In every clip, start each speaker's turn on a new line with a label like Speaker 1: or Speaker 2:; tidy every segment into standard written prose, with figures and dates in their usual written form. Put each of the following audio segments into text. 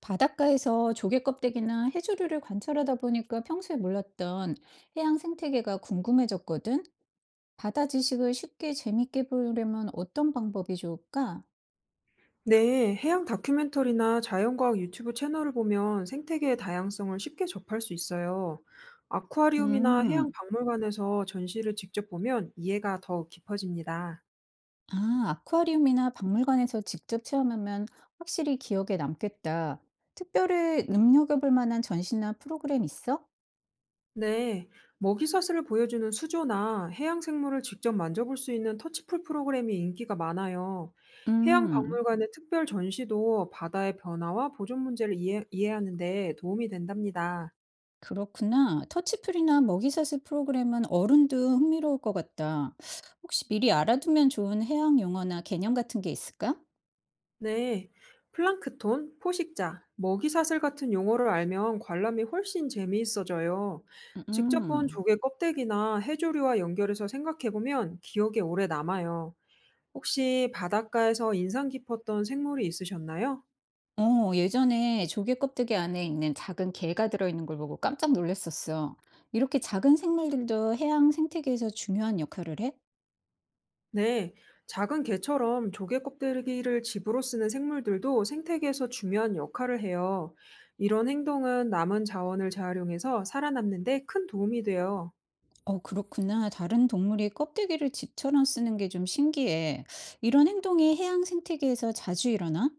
Speaker 1: 바닷가에서 조개 껍데기나 해조류를 관찰하다 보니까 평소에 몰랐던 해양 생태계가 궁금해졌거든. 바다 지식을 쉽게 재밌게 보려면 어떤 방법이 좋을까?
Speaker 2: 네, 해양 다큐멘터리나 자연과학 유튜브 채널을 보면 생태계의 다양성을 쉽게 접할 수 있어요. 아쿠아리움이나 해양
Speaker 1: 음,
Speaker 2: 박물관에서 전시를 직접 보면 이해가 더 깊어집니다.
Speaker 1: 아, 아쿠아리움이나 박물관에서 직접 체험하면 확실히 기억에 남겠다. 특별히 눈여겨볼 만한 전시나 프로그램 있어?
Speaker 2: 네, 먹이사슬을 보여주는 수조나 해양 생물을 직접 만져볼 수 있는 터치풀 프로그램이 인기가 많아요. 해양
Speaker 1: 음.
Speaker 2: 박물관의 특별 전시도 바다의 변화와 보존 문제를 이해하는 데 도움이 된답니다.
Speaker 1: 그렇구나. 터치풀이나 먹이사슬 프로그램은 어른도 흥미로울 것 같다. 혹시 미리 알아두면 좋은 해양 용어나 개념 같은 게 있을까?
Speaker 2: 네, 플랑크톤, 포식자, 먹이사슬 같은 용어를 알면 관람이 훨씬 재미있어져요. 직접 본
Speaker 1: 음.
Speaker 2: 조개 껍데기나 해조류와 연결해서 생각해보면 기억에 오래 남아요. 혹시 바닷가에서 인상 깊었던 생물이 있으셨나요?
Speaker 1: 어, 예전에 조개 껍데기 안에 있는 작은 개가 들어있는 걸 보고 깜짝 놀랐었어. 이렇게 작은 생물들도 해양 생태계에서 중요한 역할을 해?
Speaker 2: 네, 작은 개처럼 조개 껍데기를 집으로 쓰는 생물들도 생태계에서 중요한 역할을 해요. 이런 행동은 남은 자원을 재활용해서 살아남는 데 큰 도움이 돼요.
Speaker 1: 어, 그렇구나. 다른 동물이 껍데기를 집처럼 쓰는 게 좀 신기해. 이런 행동이 해양 생태계에서 자주 일어나?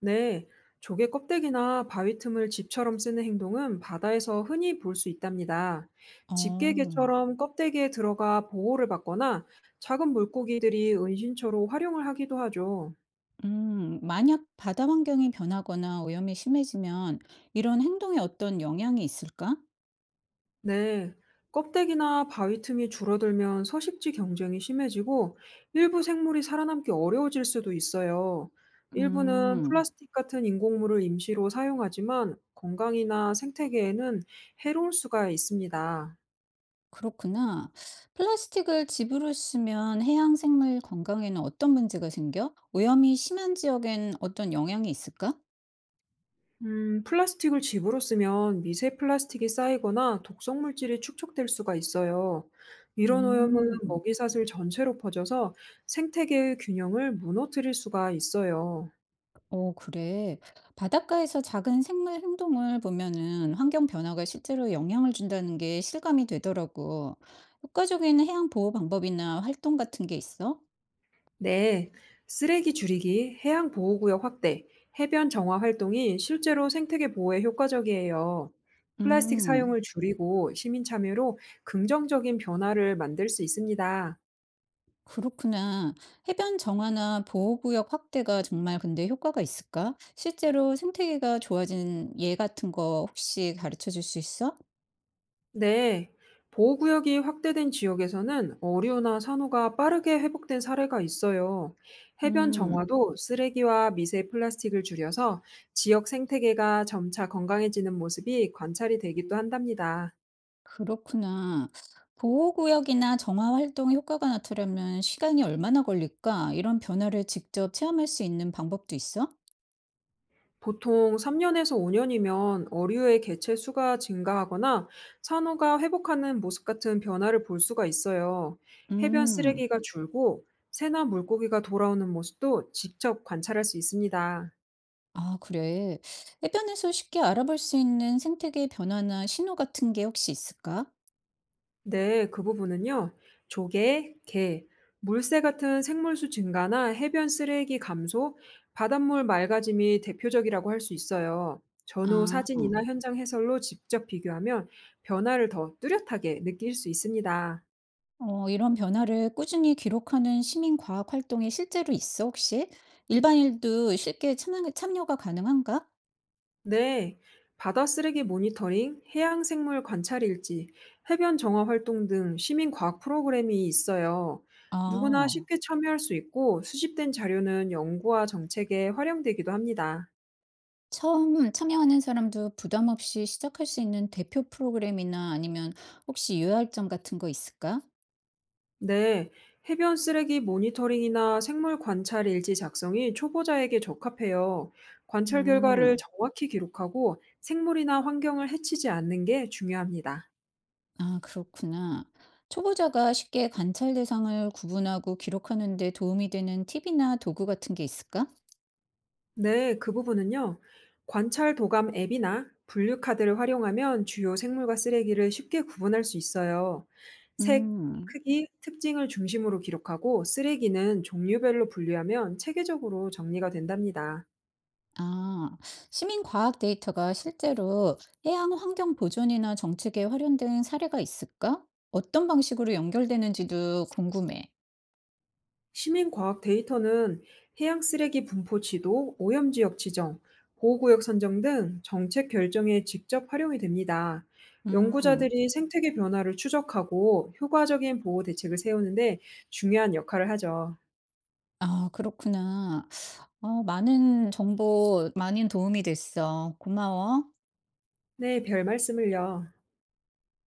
Speaker 2: 네, 조개 껍데기나 바위 틈을 집처럼 쓰는 행동은 바다에서 흔히 볼 수 있답니다.
Speaker 1: 어.
Speaker 2: 집게개처럼 껍데기에 들어가 보호를 받거나 작은 물고기들이 은신처로 활용을 하기도 하죠.
Speaker 1: 만약 바다 환경이 변하거나 오염이 심해지면 이런 행동에 어떤 영향이 있을까?
Speaker 2: 네, 껍데기나 바위 틈이 줄어들면 서식지 경쟁이 심해지고 일부 생물이 살아남기 어려워질 수도 있어요. 일부는
Speaker 1: 음,
Speaker 2: 플라스틱 같은 인공물을 임시로 사용하지만 건강이나 생태계에는 해로울 수가 있습니다.
Speaker 1: 그렇구나. 플라스틱을 집으로 쓰면 해양 생물 건강에는 어떤 문제가 생겨? 오염이 심한 지역엔 어떤 영향이 있을까?
Speaker 2: 플라스틱을 집으로 쓰면 미세 플라스틱이 쌓이거나 독성 물질이 축적될 수가 있어요. 이런 오염은
Speaker 1: 음,
Speaker 2: 먹이 사슬 전체로 퍼져서 생태계의 균형을 무너뜨릴 수가 있어요.
Speaker 1: 어, 그래. 바닷가에서 작은 생물 행동을 보면은 환경 변화가 실제로 영향을 준다는 게 실감이 되더라고. 효과적인 해양 보호 방법이나 활동 같은 게 있어?
Speaker 2: 네, 쓰레기 줄이기, 해양 보호구역 확대, 해변 정화 활동이 실제로 생태계 보호에 효과적이에요. 플라스틱
Speaker 1: 음.
Speaker 2: 사용을 줄이고 시민 참여로 긍정적인 변화를 만들 수 있습니다.
Speaker 1: 그렇구나. 해변 정화나 보호구역 확대가 정말 근데 효과가 있을까? 실제로 생태계가 좋아진 예 같은 거 혹시 가르쳐 줄 수 있어?
Speaker 2: 네. 보호구역이 확대된 지역에서는 어류나 산호가 빠르게 회복된 사례가 있어요. 해변
Speaker 1: 음,
Speaker 2: 정화도 쓰레기와 미세 플라스틱을 줄여서 지역 생태계가 점차 건강해지는 모습이 관찰이 되기도 한답니다.
Speaker 1: 그렇구나. 보호구역이나 정화 활동 효과가 나타나려면 시간이 얼마나 걸릴까? 이런 변화를 직접 체험할 수 있는 방법도 있어?
Speaker 2: 보통 3년에서 5년이면 어류의 개체 수가 증가하거나 산호가 회복하는 모습 같은 변화를 볼 수가 있어요. 해변
Speaker 1: 음,
Speaker 2: 쓰레기가 줄고 새나 물고기가 돌아오는 모습도 직접 관찰할 수 있습니다.
Speaker 1: 아, 그래. 해변에서 쉽게 알아볼 수 있는 생태계 변화나 신호 같은 게 혹시 있을까?
Speaker 2: 네, 그 부분은요. 조개, 게, 물새 같은 생물수 증가나 해변 쓰레기 감소, 바닷물 맑아짐이 대표적이라고 할 수 있어요. 전후
Speaker 1: 아.
Speaker 2: 사진이나 현장 해설로 직접 비교하면 변화를 더 뚜렷하게 느낄 수 있습니다.
Speaker 1: 어, 이런 변화를 꾸준히 기록하는 시민 과학 활동이 실제로 있어, 혹시? 일반인도 쉽게 참여가 가능한가?
Speaker 2: 네, 바다 쓰레기 모니터링, 해양 생물 관찰 일지, 해변 정화 활동 등 시민 과학 프로그램이 있어요. 누구나
Speaker 1: 아,
Speaker 2: 쉽게 참여할 수 있고 수집된 자료는 연구와 정책에 활용되기도 합니다.
Speaker 1: 처음 참여하는 사람도 부담 없이 시작할 수 있는 대표 프로그램이나 아니면 혹시 유의할 점 같은 거 있을까?
Speaker 2: 네, 해변 쓰레기 모니터링이나 생물 관찰 일지 작성이 초보자에게 적합해요. 관찰 결과를
Speaker 1: 음,
Speaker 2: 정확히 기록하고 생물이나 환경을 해치지 않는 게 중요합니다.
Speaker 1: 아, 그렇구나. 초보자가 쉽게 관찰 대상을 구분하고 기록하는 데 도움이 되는 팁이나 도구 같은 게 있을까?
Speaker 2: 네, 그 부분은요. 관찰 도감 앱이나 분류 카드를 활용하면 주요 생물과 쓰레기를 쉽게 구분할 수 있어요. 색,
Speaker 1: 음.
Speaker 2: 크기, 특징을 중심으로 기록하고 쓰레기는 종류별로 분류하면 체계적으로 정리가 된답니다.
Speaker 1: 아, 시민 과학 데이터가 실제로 해양 환경 보존이나 정책에 활용된 사례가 있을까? 어떤 방식으로 연결되는지도 궁금해.
Speaker 2: 시민과학 데이터는 해양 쓰레기 분포 지도, 오염 지역 지정, 보호구역 선정 등 정책 결정에 직접 활용이 됩니다.
Speaker 1: 음,
Speaker 2: 연구자들이 생태계 변화를 추적하고 효과적인 보호 대책을 세우는데 중요한 역할을 하죠.
Speaker 1: 아, 그렇구나. 어, 많은 정보, 많은 도움이 됐어. 고마워.
Speaker 2: 네, 별 말씀을요.